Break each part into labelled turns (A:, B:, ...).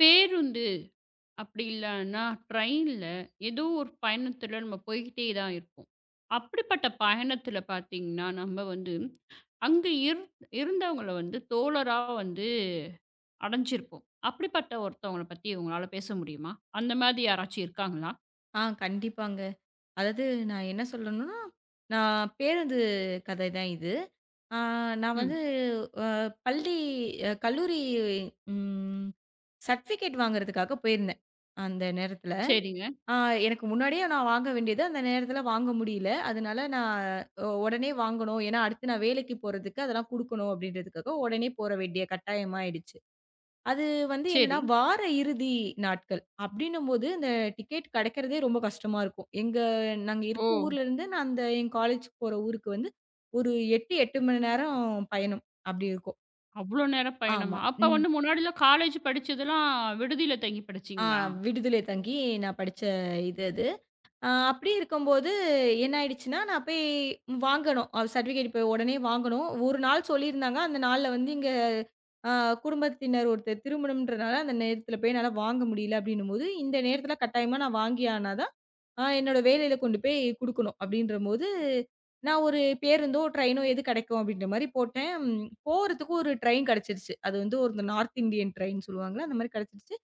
A: பேருந்து அப்படி இல்லன்னா, ட்ரெயின்ல ஏதோ ஒரு பயணத்துல நம்ம போய்க்கிட்டே தான் இருப்போம். அப்படிப்பட்ட பயணத்துல பார்த்தீங்கன்னா, நம்ம வந்து அங்க இரு இருந்தவங்கள வந்து தோழரா வந்து அடைஞ்சிருப்போம். அப்படிப்பட்ட ஒருத்தவங்கள பத்தி உங்களால பேச முடியுமா? அந்த மாதிரி யாராச்சும் இருக்காங்களா?
B: கண்டிப்பாங்க. அதாவது, நான் என்ன சொல்லணும்னா, நான் பேருந்து கதை தான் இது. ஆ நான்
A: ம்.
B: வந்து அ பள்ளி, கல்லூரி ம் சர்டிஃபிகேட் வாங்குறதுக்காக போயிருந்தேன், அந்த நேரத்தில.
A: சரிங்க.
B: ஆ எனக்கு முன்னாடியே நான் வாங்க வேண்டியது அந்த நேரத்தில வாங்க முடியல. அதனால நான் உடனே வாங்கணும். ஏன்னா, அடுத்து நான் வேலைக்கு போறதுக்கு அதெல்லாம் குடுக்கணும் அப்படின்றதுக்காக உடனே போற வேண்டிய கட்டாயமாயிடுச்சு. அது வந்து என்னன்னா,
A: சரி.
B: வார இறுதி நாட்கள் அப்படின்னும்போது, இந்த டிக்கெட் கெடைக்கிறதே ரொம்ப கஷ்டமா இருக்கும். எங்க நாங்க
A: ஓ!
B: இருக்க ஊர்லருந்து நான் அந்த என் காலேஜ் போற ஊருக்கு வந்து ஒரு 8, 8 மணி நேரம் பயணம். அப்படி இருக்கும்.
A: அவ்வளோ நேரம்
B: ஆமா.
A: பயணமா? அப்ப
B: ம்.
A: வந்து முன்னாடிலாம் காலேஜ் படிச்சதெல்லாம் விடுதியில தங்கி
B: ஆ
A: படிச்சீங்களா?
B: விடுதலை தங்கி நான் படிச்ச இது அது. அப்படி இருக்கும்போது என்ன ஆயிடுச்சுன்னா, நான் போய் வாங்கணும். சர்டிஃபிகேட் இப்ப உடனே வாங்கணும். ஒரு நாள் சொல்லியிருந்தாங்க. அந்த நாள்ல வந்து இங்க அ குடும்பத்தினர் ஒருத்தர் திருமணம்ன்றனால, அந்த நேரத்துல போய் என்னால வாங்க முடியல அப்படின்னும்போது, இந்த நேரத்துல கட்டாயமா நான் வாங்கி ஆனா தான், என்னோட வேலையில கொண்டு போய் குடுக்கணும். அப்படின்றபோது, நான் ஒரு பேருந்தோ, ட்ரெயினோ எது கிடைக்கும் அப்படின்ற மாரி போட்டேன். ம், போறதுக்கு ஒரு ட்ரெயின் கிடைச்சிருச்சு. அது வந்து ஒரு நார்த் இந்தியன் ட்ரெயின் சொல்லுவாங்கல்ல, அந்த மாரி கிடைச்சிருச்சு.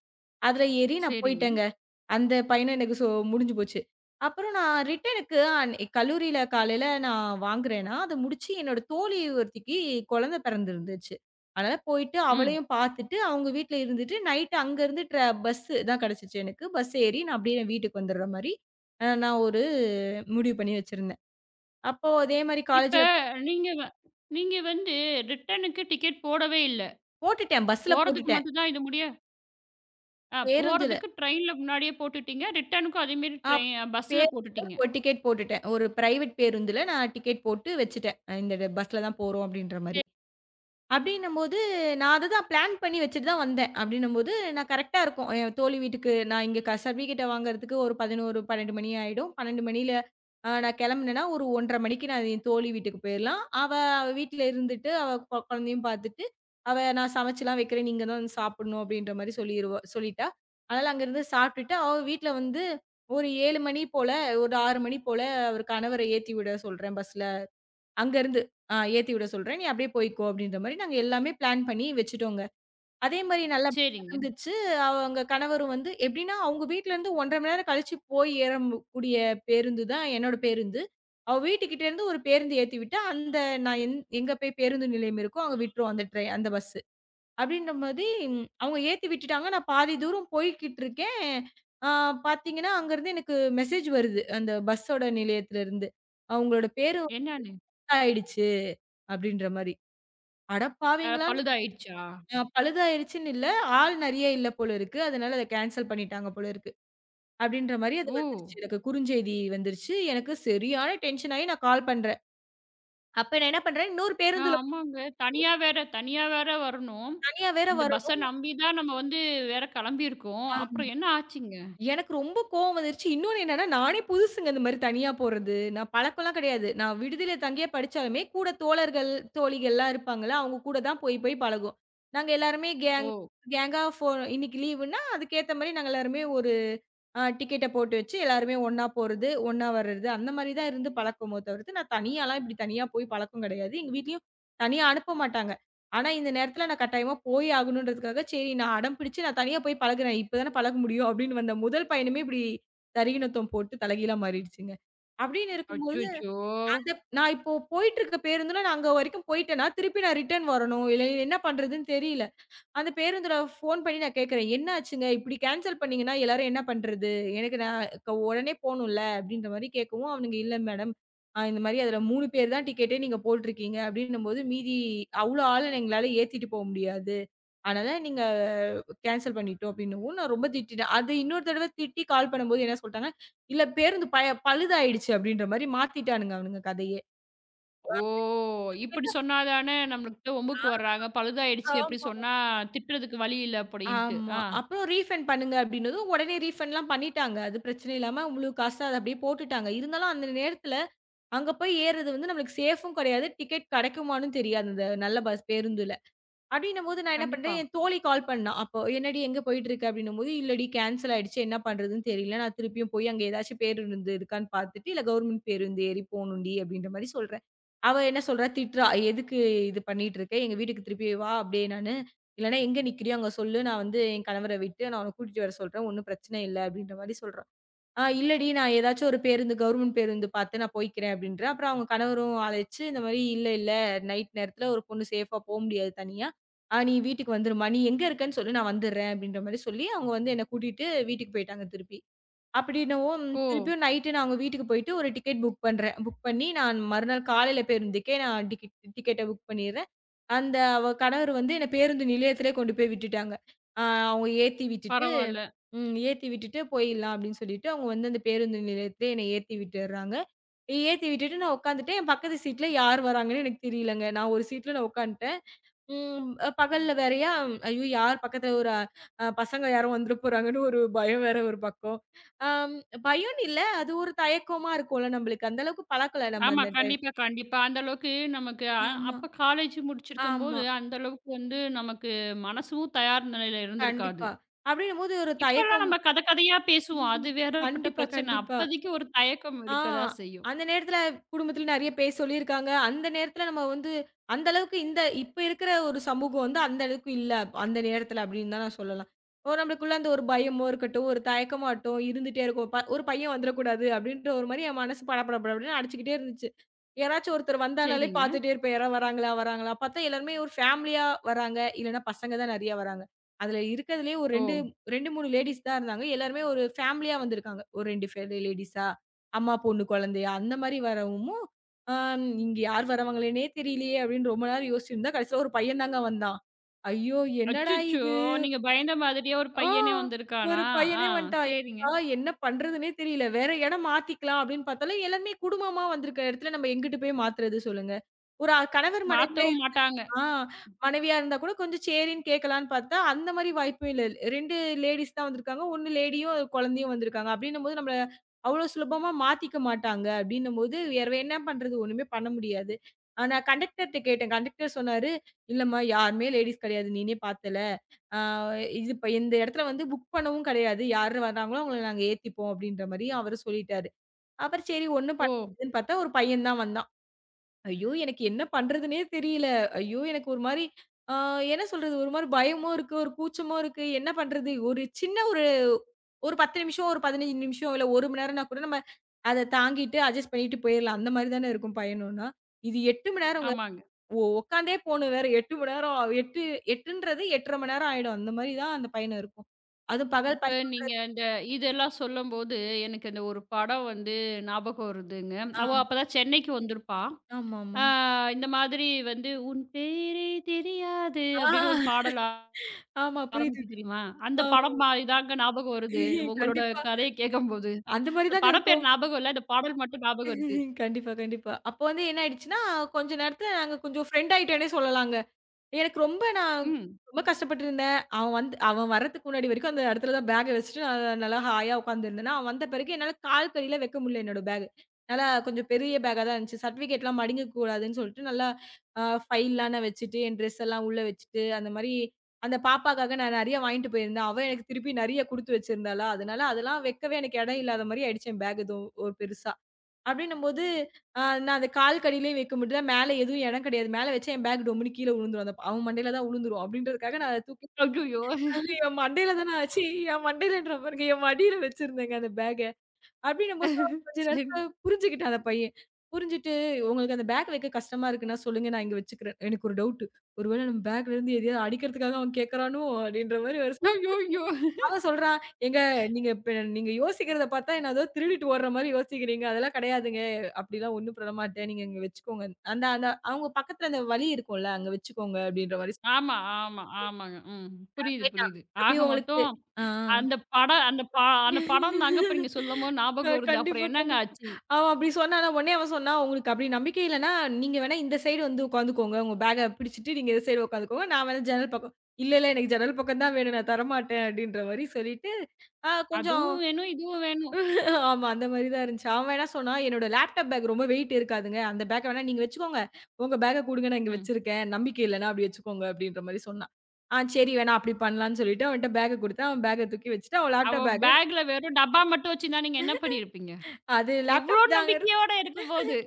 B: அதுல ஏறி நான்
A: சரிங்க.
B: போயிட்டேங்க. அந்த பயணம் எனக்கு சோ முடிஞ்சு போச்சு. அப்புறம் நான் ரிட்டர்னுக்கு கல்லூரியில காலையில நான் வாங்குறேன்னா, அத முடிச்சு என்னோட தோழி ஒருத்திக்கு குழந்தை பிறந்திருந்துச்சு. அதனால போயிட்டு
A: ம்.
B: அவளையும் பார்த்துட்டு, அவங்க வீட்ல இருந்துட்டு நைட் அங்கருந்து பஸ்ஸு தான் கிடைச்சுச்சு எனக்கு. பஸ் ஏறி நான் அப்படியே என் வீட்டுக்கு வந்துடுற மாரி, நான் ஒரு முடிவு பண்ணி வச்சிருந்தேன். அப்போ அதே மாரி
A: இப்ப
B: காலேஜ்ல
A: நீங்க வ நீங்க வந்து ரிட்டர்னுக்கு டிக்கெட் போடவே இல்ல.
B: போட்டுட்டேன். பஸ்ல
A: போறதுக்கு
B: போட்டுட்டேன்.
A: மட்டும் தான் இது முடிய ஆ
B: பேருந்துல,
A: போறதுக்கு ட்ரெயின்ல முன்னாடியே போட்டுட்டீங்க. ரிட்டர்னுக்கும் அதே மாரி
B: ஆ
A: ட்ரெய் பஸ்ல
B: பேருந்துல
A: போட்டுட்டீங்க.
B: ஒரு டிக்கெட் போட்டுட்டேன். ஒரு பிரைவேட் பேருந்துல நான் டிக்கெட் போட்டு வச்சுட்டேன். இந்த பஸ்ல தான் போறோம் அப்டின்ற மாரி.
A: சே
B: அப்டின்னும்போது, நான் அத தான் பிளான் பண்ணி வச்சுட்டு தான் வந்தேன். அப்டின்னும்போது, நான் கரெக்ட்டா இருக்கும். என் தோழி வீட்டுக்கு நான் இங்க சர்டிஃபிகேட்ட வாங்குறதுக்கு ஒரு 11, 12 மணி ஆயிடும். 12 மணியில நான் கெளம்புனேன்னா, ஒரு 1:30 மணிக்கு நான் என் தோழி வீட்டுக்கு போயிரலாம். அவ அவ வீட்ல இருந்துட்டு, அவ கொழந்தையும் பாத்துட்டு, அவ "நான் சமைச்சுலாம் வைக்கிறேன். நீங்க தான் வந்து சாப்புட்ணும்" அப்டின்ற மாரி சொல்லிட்டா. அதனால அங்கருந்து சாப்ட்டுட்டு, அவ வீட்ல வந்து ஒரு 7 மணி போல, ஒரு 6 மணி போல, அவரு கணவர ஏத்தி விட சொல்றேன் பஸ்ல. அங்கருந்து ஏத்தி விட சொல்றேன். நீ அப்படியே போய்க்கோ அப்படின்ற மாரி நாங்க எல்லாமே பிளான் பண்ணி வச்சுட்டோங்க. அதே மாரி நல்லா
A: சரிங்க.
B: நடந்துச்சு. அவங்க கணவரும் வந்து எப்படின்னா, அவங்க வீட்லருந்து 1 1/2 மணி நேரம் கழிச்சு போய் ஏறக்கூடிய பேருந்து தான் என்னோட பேருந்து. அவ வீட்டுக்கிட்ட இருந்து ஒரு பேருந்து ஏத்தி விட்டா, அந்த நான் எங்க போய் பேருந்து நிலையம் இருக்கோ, அங்க விட்டுரும் அந்த அந்த பஸ்ஸு. அப்படின்ற அவங்க ஏத்தி விட்டுட்டாங்க. நான் பாதி தூரம் போய்க்கிட்டு இருக்கேன். ஆ பாத்தீங்கன்னா, அங்கருந்து எனக்கு மெசேஜ் வருது. அந்த பஸ்ஸோட நிலையத்திலருந்து. அவங்களோட பேரு
A: என்னான்னு?
B: ஆயிடுச்சு. அப்படின்ற மாரி.
A: அ
B: அடப்பாவிங்களா!
A: பழுதாயிடுச்சா?
B: பழுதாயிருச்சுன்னு இல்ல. ஆள் நெறைய இல்ல போல இருக்கு. அதனால அத கேன்சல் பண்ணிட்டாங்க போல இருக்கு. அப்படின்ற மாரி அது
A: ஓ!
B: வந்துருச்சு. எனக்கு குறுஞ்செய்தி வந்துருச்சு. எனக்கு சரியான டென்ஷன் ஆயி நான் கால் பண்றேன். அப்ப நான் என்ன பண்றேன், இன்னொரு
A: ஆ
B: பேருந்துல
A: ஆமாங்க. தனியா வேற தனியா வேற வரணும்.
B: தனியா வேற
A: இந்த பஸ்ஸ
B: வரணுமா,
A: நம்பி தான் நம்ம வந்து வேற கிளம்பியிருக்கோம். அப்புறம் என்ன ஆச்சுங்க?
B: எனக்கு ரொம்ப கோவம் வந்துருச்சு. இன்னொன்னு என்னன்னா, நானே புதுசுங்க இந்த மாரி தனியா போறது. நான் பழக்கம்லாம் கிடையாது. நான் விடுதியில தங்கியே படிச்சாலுமே, கூட தோழர்கள், தோழிகள்லாம் இருப்பாங்கல்ல, அவங்க கூட தான் போய் போய் பழகுவோம். நாங்க எல்லாருமே
A: ஓ!
B: கேங்கா இன்னைக்கு லீவுன்னா, அதுக்கேத்த மாரி நாங்க எல்லாருமே ஒரு டிக்கெட்ட போட்டு வச்சு எல்லாருமே ஒண்ணா போறது, ஒண்ணா வர்றது அந்த மாரி தான் இருந்து பழக்கமோ தவிர்த்து, நான் தனியாலாம் இப்படி தனியா போய் பழக்கம் கிடையாது. எங்க வீட்லயும் தனியா அனுப்ப மாட்டாங்க. ஆனா இந்த நேரத்துல நான் கட்டாயமா போயே ஆகணுன்றதுக்காக, சரி நான் அடம் பிடிச்சு நான் தனியா போய் பழகுறேன். இப்ப தானே பழக முடியும் அப்படின்னு வந்த முதல் பயணமே இப்படி தரிகிணத்துவம் போட்டு தலைகீழா மாறிடுச்சுங்க. அப்படின்னு இருக்கும்போது,
A: அச்சச்சோ!
B: அந்த நான் இப்போ போயிட்டு இருக்க பேருந்துல நான் அங்க வரைக்கும் போயிட்டேன்னா, திருப்பி நான் ரிட்டர்ன் வரணும். இல்ல என்ன பண்றதுன்னு தெரியல. அந்த பேருந்துல ஃபோன் பண்ணி நான் கேட்கிறேன். "என்ன ஆச்சுங்க? இப்படி கேன்சல் பண்ணீங்கன்னா, எல்லாரும் என்ன பண்றது? எனக்கு நான் உடனே போணும்ல." அப்படின்ற மாரி கேட்கவும், அவனுங்க "இல்ல மேடம், இந்த மாரி அதுல 3 பேர் தான் டிக்கெட்டே நீங்க போட்ருக்கீங்க." அப்படின்னும்போது, "மீதி அவ்ளோ ஆள எங்களால ஏத்திட்டு போ முடியாது. அதனால நீங்க கேன்சல் பண்ணிட்டோம்." அப்படின்னவும் நான் ரொம்ப திட்டிட்டேன். அது இன்னொரு தடவ திட்டி கால் பண்ணும்போது என்ன சொல்ட்டாங்க, "இல்ல பேருந்து பழுதாயிடுச்சு." அப்படின்ற மாரி மாத்திட்டானுங்க அவனுங்க கதையே.
A: ஓ! இப்படி சொன்னா தானே நம்மளுக்கு வம்புக்கு வர்றாங்க. பழுதாயிடுச்சு அப்படி சொன்னா திட்டுறதுக்கு வழி இல்ல அப்படின்ட்டு.
B: ஆமா.
A: ஆ
B: அப்புறம் ரீஃபண்ட் பண்ணுங்க அப்டின்னதும், உடனே ரீஃபண்ட்லாம் பண்ணிட்டாங்க. அது பிரச்சனை இல்லாம முழு காச அத அப்டியே போட்டுட்டாங்க. இருந்தாலும் அந்த நேரத்துல, அங்க போய் ஏறுறது வந்து நம்மளுக்கு சேஃப்பும் கெடையாது. டிக்கெட் கெடைக்குமான்னும் தெரியாது. அந்த நல்ல பஸ் பேருந்து அப்டின்னும்போது நான் என்ன பண்றேன்,
A: கண்டிப்பா.
B: என் தோழி கால் பண்ணா. அப்போ "என்னடி எங்க போயிட்டுருக்க?" அப்டின்னும்போது, "இல்லடி கேன்சல் ஆயிடுச்சு. என்ன பண்றதுன்னு தெரியல. நான் திருப்பியும் போய் அங்க ஏதாச்சும் பேருந்து இருக்கான்னு பார்த்துட்டு, இல்ல கவர்மெண்ட் பேருந்து ஏறி போணும்டி" அப்டின்ற மாரி சொல்றேன். அவ என்ன சொல்றா, திட்றா. "எதுக்கு இது பண்ணிட்டுருக்க? எங்க வீட்டுக்கு திருப்பி வா அப்டியே நானு. இல்லன்னா எங்க நிக்கிறியோ அங்க சொல்லு. நான் வந்து என் கணவர விட்டு நான் உன்ன கூட்டிட்டு வர சொல்றேன். ஒண்ணும் பிரச்சனை இல்ல" அப்டின்ற மாரி சொல்றா. இல்லடி நான் ஏதாச்சும் ஒரு பேருந்து கவர்மெண்ட் பேருந்து பார்த்து நான் போய்க்கிறேன் அப்படின்றேன். அப்புறம் அவங்க கணவரும் அழைச்சு, இந்த மாரி இல்ல, இல்ல நைட் நேரத்தில ஒரு பொண்ணு சேஃபா போ முடியாது தனியா. நீ வீட்டுக்கு வந்துரும்மா. நீ எங்க இருக்கன்னு சொல்லு நான் வந்துடுறேன் அப்படின்ற மாரி சொல்லி, அவங்க வந்து என்ன கூட்டிட்டு வீட்டுக்கு போயிட்டாங்க திருப்பி. அப்படின்னவும்
A: ஓ!
B: திருப்பியும் நைட்டு நான் அவங்க வீட்டுக்கு போயிட்டு ஒரு டிக்கெட் புக் பண்றேன். புக் பண்ணி நான் மறுநாள் காலையில பேருந்துக்கே நான் டிக்கெட்ட புக் பண்ணிடுறேன். அந்த அவ கணவர் வந்து என்ன பேருந்து நிலையத்திலே கொண்டு போய் விட்டுட்டாங்க. அ அவங்க ஏத்தி விட்டுட்டு
A: பரவால்ல.
B: ஏத்தி விட்டுட்டு போயிடலாம் அப்படின்னு சொல்லிட்டு, அவங்க வந்து அந்த பேருந்து நிலையத்திலே என்னை ஏத்தி விட்டுர்றாங்க. ஏத்தி விட்டுட்டு நான் உட்காந்துட்டேன். என் பக்கத்து சீட்ல யார் வராங்கன்னு எனக்கு தெரியலங்க. நான் ஒரு சீட்ல உட்காந்துட்டேன். பகல்ல வேறயா, ஐயோ! யார் பக்கத்துல ஒரு அ அ, பசங்க யாரோ வந்துற போறாங்கன்னு ஒரு பயம் வேற ஒரு பக்கம். அம் பயம்னு இல்ல, அது ஒரு தயக்கமா இருக்கும்ல நம்மளுக்கு. அந்த அளவுக்கு பழக்கல நம்ம
A: ஆமா.
B: அந்த டைம்.
A: கண்டிப்பா, கண்டிப்பா. அந்த அளவுக்கு நமக்கு அ
B: ஆமா.
A: அப்ப காலேஜ்
B: ஆமா, ஆமா.
A: முடிச்சிருக்கும்போது, அந்த அளவுக்கு வந்து நமக்கு மனசும் தயார் நிலையில இருந்திருக்காது.
B: கண்டிப்பா. அப்படின்னும்போது ஒரு
A: இப்பலாம்
B: தயக்கம்.
A: நம்ம கத கதையா பேசுவோம். அது வேறப்பட்ட
B: கண்டிப்பா,
A: பிரச்சனை.
B: கண்டிப்பா.
A: அப்பதைக்கு ஒரு தயக்கம்
B: ஆ.
A: இருக்கதா செய்யும்.
B: அந்த நேரத்துல குடும்பத்துல நெறைய பேர் சொல்லியிருக்காங்க. அந்த நேரத்துல நம்ம வந்து அந்த அளவுக்கு இந்த இப்ப இருக்கிற ஒரு சமூகம் வந்து அந்த அளவுக்கு இல்ல. அந்த நேரத்துல அப்படின்னு தான் நான் சொல்லலாம். ஓ, நம்மளுக்குள்ள அந்த ஒரு பயமோ இருக்கட்டும், ஒரு தயக்கமாட்டும் இருந்துட்டே இருக்கும். ஒரு பையன் வந்துறக்கூடாது அப்படின்ற ஒரு மாரி என் மனசு படபட படபடன்னு அடிச்சுக்கிட்டே இருந்துச்சு. யாராச்சும் ஒருத்தர் வந்தானாலே
A: சரிங்க.
B: பார்த்துட்டே இருப்பேன். யாராவது வராங்களா? வராங்களா? பார்த்தா எல்லாருமே ஒரு ஃபேமிலியா வராங்க. இல்லன்னா பசங்க தான் நெறைய வராங்க. அதுல இருக்கிறதுலயே ஒரு
A: ஓ!
B: 2, 3 லேடீஸ் தான் இருந்தாங்க. எல்லாருமே ஒரு ஃபேமிலியா வந்திருக்காங்க. ஒரு 2 பேர் லேடீஸா அம்மா, பொண்ணு, குழந்தையா அந்த மாரி வரவும், இங்க யார் வரவங்களேன்னே தெரியலையே அப்படின்னு ரொம்ப நேரம் யோசிச்சிருந்தா, கடைசியில ஒரு பையன் தாங்க வந்தான். ஐயோ! என்னடா
A: அச்சச்சோ!
B: இது?
A: நீங்க பயந்த மாதிரியே ஒரு
B: ஆ
A: பையனே வந்திருக்கானா?
B: ஒரு
A: ஆ
B: பையனே வந்துட்டான்.
A: சரிங்க.
B: ஆ என்ன பண்றதுன்னே தெரியல. வேற இடம் மாத்திக்கலாம் அப்படின்னு பார்த்தாலும், எல்லாருமே குடும்பமா வந்திருக்க இடத்துல நம்ம எங்கிட்டு போய் மாத்துறது சொல்லுங்க. ஒரு கணவர் மனைவியா,
A: மாத்தவும் மாட்டாங்க.
B: ஆ மனைவியா இருந்தா கூட கொஞ்சம் சேரின்னு கேட்கலான்னு பார்த்தா, அந்த மாரி வாய்ப்பும் இல்ல. 2 லேடீஸ் தான் வந்திருக்காங்க. 1 லேடியும் குழந்தையும் வந்திருக்காங்க. அப்டின்னும்போது நம்மள அவ்ளோ சுலபமா மாத்திக்க மாட்டாங்க. அப்டின்னும்போது வேற என்ன பண்றது? ஒண்ணுமே பண்ண முடியாது. நான் கண்டக்டர்ட்ட கேட்டேன். கண்டக்டர் சொன்னாரு, "இல்லம்மா யாருமே லேடீஸ் கெடையாது. நீனே பார்த்தல. ஆ இது இப்ப இந்த இடத்துல வந்து புக் பண்ணவும் கெடையாது. யாரு வர்றாங்களோ அவங்கள நாங்க ஏத்திப்போம்." அப்டின்ற மாரி அவரு சொல்லிட்டாரு. அப்புறம் சரி ஒண்ணும்
A: ஓ!
B: பண்ண முடியாதுன்னு பார்த்தா, ஒரு பையன் தான் வந்தான். ஐயோ! எனக்கு என்ன பண்றதுன்னே தெரியல. ஐயோ! எனக்கு ஒரு மாரி ஆ என்ன சொல்றது? ஒரு மாரி பயமும் இருக்கு, ஒரு கூச்சமும் இருக்கு. என்ன பண்றது? ஒரு சின்ன ஒரு ஒரு 10 நிமிஷம், ஒரு 15 நிமிஷம், இல்ல 1 மணி நேரம்னா கூட நம்ம அத தாங்கிட்டு அட்ஜஸ்ட் பண்ணிட்டு போயிரலாம். அந்த மாரி தானே இருக்கும் பயணம்னா. இது 8 மணி நேரங்க.
A: ஆமாங்க.
B: ஒ உட்காந்தே போணும் வேற 8 மணி நேரம். 8, 8ன்றது 8 1/2 மணி நேரம் ஆயிடும். அந்த மாரி தான் அந்த பயணம் இருக்கும். அதுவும் பகல்
A: இப்ப
B: பயணம்.
A: நீங்க இந்த இதெல்லாம் சொல்லும்போது, எனக்கு அந்த ஒரு படம் வந்து ஞாபகம் வருதுங்க.
B: ஆ
A: அவ அப்பதான் சென்னைக்கு வந்திருப்பா.
B: ஆமாமா.
A: ஆ இந்த மாதிரி வந்து, "உன் பேரே தெரியாது"
B: ஆ
A: அப்படின்னு ஒரு பாடல்
B: ஆமா புரியுது.
A: ஆரம்பிக்குது தெரியுமா? அந்த
B: ஆமா.
A: படம் மா இதாங்க ஞாபகம் வருது. உங்களோட
B: கண்டிப்பா.
A: கதைய கேட்கும்போது.
B: அந்த மாரி
A: அந்த
B: தாங்க
A: படம் பேர்
B: இருக்கும்.
A: ஞாபகம் இல்ல. இந்த பாடல் மட்டும் ஞாபகம் இருக்கு.
B: கண்டிப்பா, கண்டிப்பா. அப்போ வந்து என்ன ஆயிடுச்சுன்னா, கொஞ்ச நேரத்துல நாங்க கொஞ்சம் ஃப்ரெண்ட் ஆயிட்டோன்னே சொல்லலாங்க. எனக்கு ரொம்ப நான்
A: ம்.
B: ரொம்ப கஷ்டப்பட்டுருந்தேன். அவன் வந்து அவன் வர்றதுக்கு முன்னாடி வரைக்கும் அந்த இடத்துல தான் பேக்க வச்சுட்டு நான் நல்லா ஹாயா உட்காந்துருந்தேன்னா, அவன் வந்த பிறகு என்னால கால் கடியில வைக்க முடியல என்னோட பேக். நல்லா கொஞ்சம் பெரிய பேக்கா தான் இருந்துச்சு. சர்டிஃபிகேட்லாம் மடிங்கக் கூடாதுன்னு சொல்லிட்டு நல்லா ஃபைல்லாம் நான் வச்சுட்டு, என் ட்ரெஸ் எல்லாம் உள்ள வச்சுட்டு, அந்த மாரி அந்த பாப்பாக்காக நான் நெறைய வாங்கிட்டு போயிருந்தேன். அவ எனக்குத் திருப்பி நெறைய குடுத்து வச்சிருந்தாளா, அதனால அதெல்லாம் வைக்கவே எனக்கு இடம் இல்லாத மாரி ஆயிடுச்சு என் பேக் ஏதோ ஒரு பெருசா. அப்படின்னும்போது, நான் அந்த கால் கடியிலயும் வைக்க முடியல. மேல எதுவும் இடம் கிடையாது. மேல வச்சா என் பேக் டொம்முனு கீழ விழுந்துரும். அந்த அவன் மண்டையில தான் விழுந்துரும். அப்படின்றதுக்காக நான் அத தூக்கி
A: ஐய்யய்யோ!
B: என் மண்டையில தான ஆச்சு. என் மண்டையிலன்ற பாருங்க, என் மடியில வச்சிருந்தேங்க அந்த பேக்க. அப்படின்னும்போது அவன் கொஞ்சம்
A: சரி.
B: நேரத்துல புரிஞ்சுக்கிட்டான் அந்த பையன். புரிஞ்சுட்டு, "உங்களுக்கு அந்த பேக் வைக்க கஷ்டமா இருக்குன்னா சொல்லுங்க. நான் இங்க வச்சுக்கிறேன்." எனக்கு ஒரு டவுட்டு. ஒருவேள நம்ம பேக்ல இருந்து எதையாவது அடிக்கிறதுக்காக அவன் கேட்கறானோ? அப்படின்ற மாரி ஒரு
A: ஐய்யய்யோ!
B: அவன் சொல்றான், "ஏங்க நீங்க இப்ப நீங்க யோசிக்கிறத பார்த்தா என்ன ஏதோ திருடிட்டு ஓடுற மாரி யோசிக்கிறீங்க. அதெல்லாம் கிடையாதுங்க. அப்படிலாம் ஒண்ணும் பண்ண மாட்டேன். நீங்க இங்க வச்சுக்கோங்க. அந்த அந்த அவங்க பக்கத்துல அந்த வழி இருக்கும்ல, அங்க வச்சுக்கோங்க." அப்படின்ற மாரி
A: ஆமா, ஆமா, ஆமாங்க. ம்.
B: சொன்னான்.
A: புரியுது,
B: கேட்டான்.
A: புரியுது. ஆக
B: "அப்படியே உங்களுக்கு"
A: மொத்தம்
B: ஆ.
A: அந்த படம் அந்த ப அந்த படம் தாங்க இப்ப நீங்க சொல்லும்போது ஞாபகம் வருது. அப்புறம்
B: கண்டிப்பா,
A: என்னங்க
B: கண்டிப்பா.
A: ஆச்சு?
B: அவன் அப்படி சொன்னானா, உடனே அவன் சொன்னான், "உங்களுக்கு அப்படி நம்பிக்கை இல்லன்னா, நீங்க வேணா இந்த சைடு வந்து உட்காந்துக்கோங்க. உங்க பேக்க பிடிச்சிட்டு நீங்க இந்த சைடு உட்காந்துக்கோங்க. நான் வேணா ஜன்னல் பக்கம்." "இல்ல, இல்ல எனக்கு ஜன்னல் பக்கம் தான் வேணும். நான் தரமாட்டேன்." அப்படின்ற மாரி சொல்லிட்டு, கொஞ்சம்
A: அதுவும் வேணும், இதுவும் வேணும்.
B: ஆமா. அந்த மாரி தான் இருந்துச்சு. அவன் என்ன சொன்னான், "என்னோட லேப்டாப் பேக் ரொம்ப வெயிட் இருக்காதுங்க. அந்த பேக்க வேணா நீங்க வச்சுக்கோங்க. உங்க பேக்க குடுங்க நான் இங்க
A: ம்.
B: வச்சிருக்கேன். நம்பிக்கை இல்லன்னா அப்டி வச்சுக்கோங்க." அப்டின்ற மாரி சொன்னான். சரி வேணா அப்டி பண்ணலான்னு சொல்லிட்டு அவன்ட்ட பேக்க குடுத்தேன். அவன் பேக்க தூக்கி வச்சுட்டு அவன்
A: அவ
B: லேப்டாப் பேக்
A: பேக்ல வெறும் டப்பா மட்டும் வச்சிருந்தா நீங்க என்ன பண்ணியிருப்பீங்க?
B: அது
A: எவ்ளோ
B: லேப்டாப் தாங்க
A: நம்பிக்கையோட இருக்கும்போது.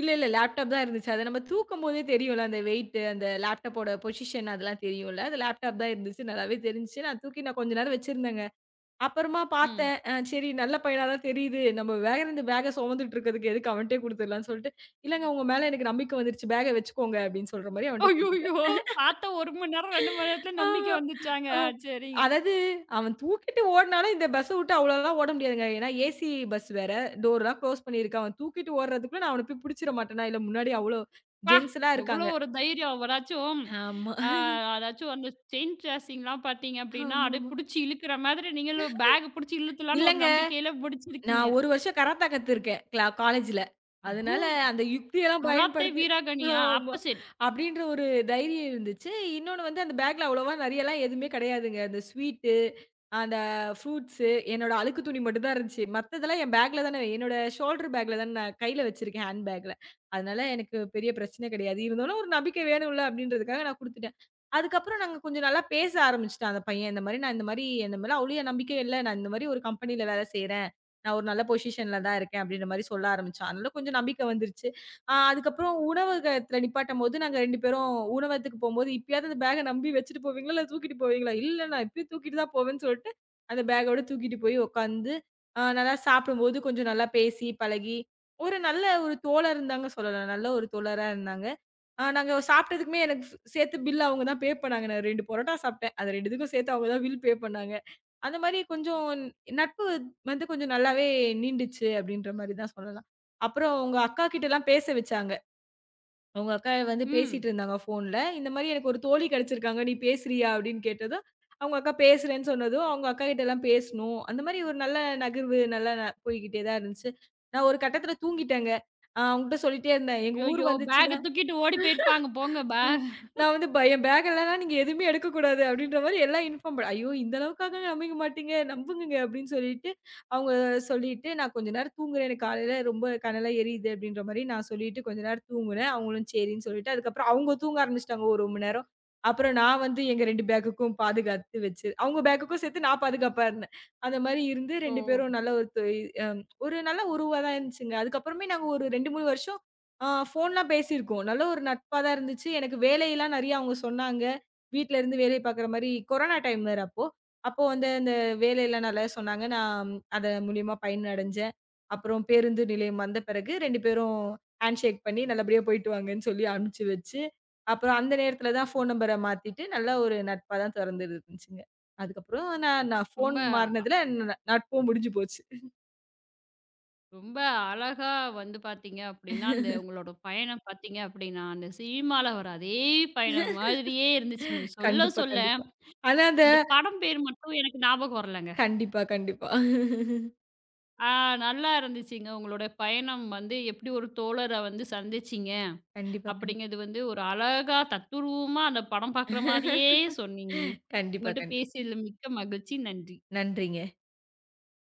B: இல்ல, இல்ல லேப்டாப் தான் இருந்துச்சு. அத நம்ம தூக்கும்போதே தெரியும்ல அந்த வெயிட், அந்த லேப்டாப்போட பொசிஷன் அதெல்லாம் தெரியும்ல. அது லேப்டாப் தான் இருந்துச்சு. நல்லாவே தெரிஞ்சுச்சு. நான் தூக்கி நான் கொஞ்ச நேரம் வச்சிருந்தேங்க. அப்புறமா
A: ம்.
B: பார்த்தேன். சரி நல்ல பையனா தான் தெரியுது. நம்ம பேக்ல இருந்து பேக்க சுமந்துட்டு இருக்கிறதுக்கு எதுக்கு அவன்ட்டயே குடுத்துடலாம்ன்னு சொல்லிட்டு, "இல்லங்க உங்க மேல எனக்கு நம்பிக்கை வந்துருச்சு. பேக்க வச்சுக்கோங்க" அப்படின்னு சொல்ற மாரி அவன்ட்ட
A: ஐய்யய்யோ!
B: குடுத்துட்டேன்.
A: பார்த்த 1 மணி நேரம், 2 மணி நேரத்துல
B: ஆமா.
A: நம்பிக்கை வந்துருச்சாங்க.
B: அ.
A: ஆ சரிங்க.
B: அதாவது அவன் தூக்கிட்டு ஓடுனாலும் இந்த பஸ்ஸ விட்டு அவ்வளோலாம் ஓட முடியாதுங்க. ஏன்னா ஏசி பஸ் வேற. டோர்லாம் க்ளோஸ் பண்ணியிருக்கு. அவன் தூக்கிட்டு ஓடுறதுக்குள்ள நான் அவன போய் புடிச்சிட மாட்டேனா? இல்ல முன்னாடி அவ்வளோ
A: ப்பா!
B: ஜென்ஸ்லாம்
A: எவ்ளோ
B: இருக்காங்க.
A: ஒரு தைரியம். அவராச்சும்
B: ஆமா.
A: அ அதாச்சும் அந்த செயின் ட்ரேசிங்லாம் பார்த்தீங்க அப்டின்னா, அப்டியே
B: ஆமாமா.
A: புடிச்சு இழுக்குற மாதிரி நீங்களும் பேக் புடிச்சு இழுத்துலான்னு ஒரு
B: இல்லங்க.
A: நம்பிக்கையில புடிச்சிருக்கீங்க.
B: நான் 1 வருஷம் கராத்தே கத்துருக்கேன். காலேஜ்ல.
A: அவ்வோ!
B: அதனால அந்த யுக்தியெல்லாம்
A: கராத்தே
B: பயன்படுத்தி
A: வீராங்கனையா?
B: ஆமா.
A: அப்ப சரி.
B: அப்படின்ற ஒரு தைரியம் இருந்துச்சு. இன்னொன்னு வந்து அந்த பேக்ல அவ்வளவா நெறையலாம் எதுவுமே கெடையாதுங்க. அந்த ஸ்வீட்டு, அந்த ஃப்ரூட்ஸு, என்னோட அழுக்கு துணி மட்டும் தான் இருந்துச்சு. மத்ததெல்லாம் என் பேக்ல தானே என்னோட ஷோல்டர் பேக்ல தானே நான் கையில வச்சிருக்கேன் ஹேண்ட் பேக்ல. அதனால எனக்கு பெரிய பிரச்சனை கெடையாது. இருந்தாலும் ஒரு நம்பிக்கை வேணும்ல அப்படின்றதுக்காக நான் குடுத்துட்டேன். அதுக்கப்புறம் நாங்க கொஞ்சம் நல்லா பேச ஆரம்பிச்சுட்டான் அந்த பையன். இந்த மாரி நான் இந்த மாரி "என் மேல அவ்வளோ நம்பிக்கை இல்ல. நான் இந்த மாரி ஒரு கம்பெனில வேல செய்றேன்." நான் ஒரு நல்ல பொசிஷன்ல தான் இருக்கேன் அப்படின்ற மாரி சொல்ல ஆரம்பிச்சான். அதனால கொஞ்சம் நம்பிக்கை வந்துருச்சு. அதுக்கப்புறம் உணவகத்துல நிப்பாட்டும்போது நாங்க 2 பேரும் உணவகத்துக்கு போம்போது, "இப்பயாவது அந்த பேக்க நம்பி வச்சுட்டு போவீங்களா? இல்ல தூக்கிட்டு போவீங்களா?" "இல்ல நான் எப்பயும் தூக்கிட்டு தான் போவேன்னு" சொல்லிட்டு, அந்த பேக்கோட தூக்கிட்டு போய் உட்காந்து, நல்லா சாப்பிடும்போது கொஞ்சம் நல்லா பேசி, பழகி, ஒரு நல்ல ஒரு தோழர்ன்னு தாங்க சொல்லலாம். நல்ல ஒரு தோழரா இருந்தாங்க. நாங்க சாப்பிட்டதுக்குமே எனக்கு சேர்த்து பில் அவங்க தான் பே பண்ணாங்க. நான் 2 பரோட்டா சாப்பிட்டேன். அது 2த்துக்கும் சேர்த்து அவங்க தான் பில் பே பண்ணாங்க. அந்த மாரி கொஞ்சம் நட்பு வந்து கொஞ்சம் நல்லாவே நீண்டுச்சு அப்படின்ற மாரி தான் சொல்லலாம். அப்புறம் உங்க அக்கா கிட்டலாம் பேச வச்சாங்க. உங்க அக்கா வந்து பேசிட்டு
A: ம்.
B: இருந்தாங்க ஃபோன்ல. இந்த மாரி எனக்கு ஒரு தோழி கிடைச்சிருக்காங்க. நீ பேசுறியா? அப்படின்னு கேட்டதும், அவங்க அக்கா பேசுறேன்னு சொன்னதும், அவங்க அக்கா கிட்டலாம் பேசணும். அந்த மாரி ஒரு நல்ல நகர்வு நல்லா போய்க்கிட்டே தான் இருந்துச்சு. நான் ஒரு கட்டத்தில தூங்கிட்டேங்க. அவங்ககிட்ட சொல்லிட்டே இருந்தேன். எங்க ஊர்
A: ஐய்யய்யோ!
B: வந்துச்சுன்னா
A: பேக்க தூக்கிட்டு ஓடி போயிருப்பாங்க போங்க. பே
B: ம். நான் வந்து பயம் பேக் இல்லன்னா நீங்க எதுவுமே எடுக்கக்கூடாது அப்படின்ற மாரி எல்லாம் இன்ஃபார்ம் பண் ஐயோ! இந்த அளவுக்காக நம்பிக்க மாட்டீங்க, நம்புங்கங்க அப்படின்னு சொல்லிட்டு, அவங்க சொல்லிட்டு நான் கொஞ்ச நேரம் தூங்குறேன். எனக்கு காலையில ரொம்ப கனல்லாம் எரியுது அப்படின்ற மாரி நான் சொல்லிட்டு கொஞ்ச நேரம் தூங்குனேன். அவங்களும் சரின்னு சொல்லிட்டு, அதுக்கப்புறம் அவங்க தூங்க ஆரம்பிச்சுட்டாங்க ஒரு மணி நேரம். அப்புறம் நான் வந்து எங்க 2 பேக்குக்கும் பாதுகாத்து வச்சு அவங்க பேக்குக்கும் சேர்த்து நான் பாதுகாப்பா இருந்தேன். அந்த மாரி இருந்து
A: ஓ!
B: 2 பேரும் நல்ல ஒரு தொய் அ ஒரு நல்ல உறவா தான் இருந்துச்சுங்க. அதுக்கப்புறமே நாங்க ஒரு 2, 3 வருஷம் ஃபோன்லாம் பேசியிருக்கோம். நல்ல ஒரு நட்பா தான் இருந்துச்சு. எனக்கு வேலையெல்லாம் நிறைய அவங்க சொன்னாங்க. வீட்ல இருந்து வேலை பார்க்குற மாரி கொரோனா டைம் வேற அப்போ. அப்போ வந்து அந்த வேலையெல்லாம் நல்லா சொன்னாங்க. நான் அது மூலியமா பயனடைஞ்சேன். அப்புறம் பேருந்து நிலையம் வந்த பிறகு 2 பேரும் ஹேண்ட் ஷேக் பண்ணி நல்லபடியா போயிட்டு வாங்கன்னு சொல்லி அனுப்பிச்சு வச்சு, அப்புறம் அந்த நேரத்தில தான் ஃபோன் நம்பர மாத்திட்டு நல்ல ஒரு நட்பா தான் தொடர்ந்து இருந்துச்சுங்க. அதுக்கப்புறம் நான் நான் ஃபோன்
A: ரொம்ப
B: மாறுனதுல நட்பும் முடிஞ்சு போச்சு.
A: ரொம்ப அழகா வந்து பார்த்தீங்க அப்படின்னா, அந்த உங்களோட பயணம் பார்த்தீங்க அப்படின்னா, அந்த சினிமால வர அதே பயணம் மாதிரியே இருந்துச்சுங்க. சொல்ல
B: கண்டிப்பா,
A: சொல்ல
B: கண்டிப்பா. ஆனா அந்த
A: அந்த படம் பேர் மட்டும் எனக்கு ஞாபகம் வரலங்க.
B: கண்டிப்பா, கண்டிப்பா.
A: ஆ நல்லா இருந்துச்சுங்க. உங்களோட பயணம் வந்து எப்படி ஒரு தோழர வந்து சந்திச்சீங்க
B: கண்டிப்பா, கண்டிப்பா.
A: அப்படிங்கிறது வந்து ஒரு அழகா தத்துரூவமா அந்த படம் பார்க்குற மாதிரியே சொன்னீங்க.
B: கண்டிப்பா,
A: உங்கள்ட்ட
B: கண்டிப்பா.
A: பேசியதில மிக்க மகிழ்ச்சி. நன்றி.
B: நன்றிங்க.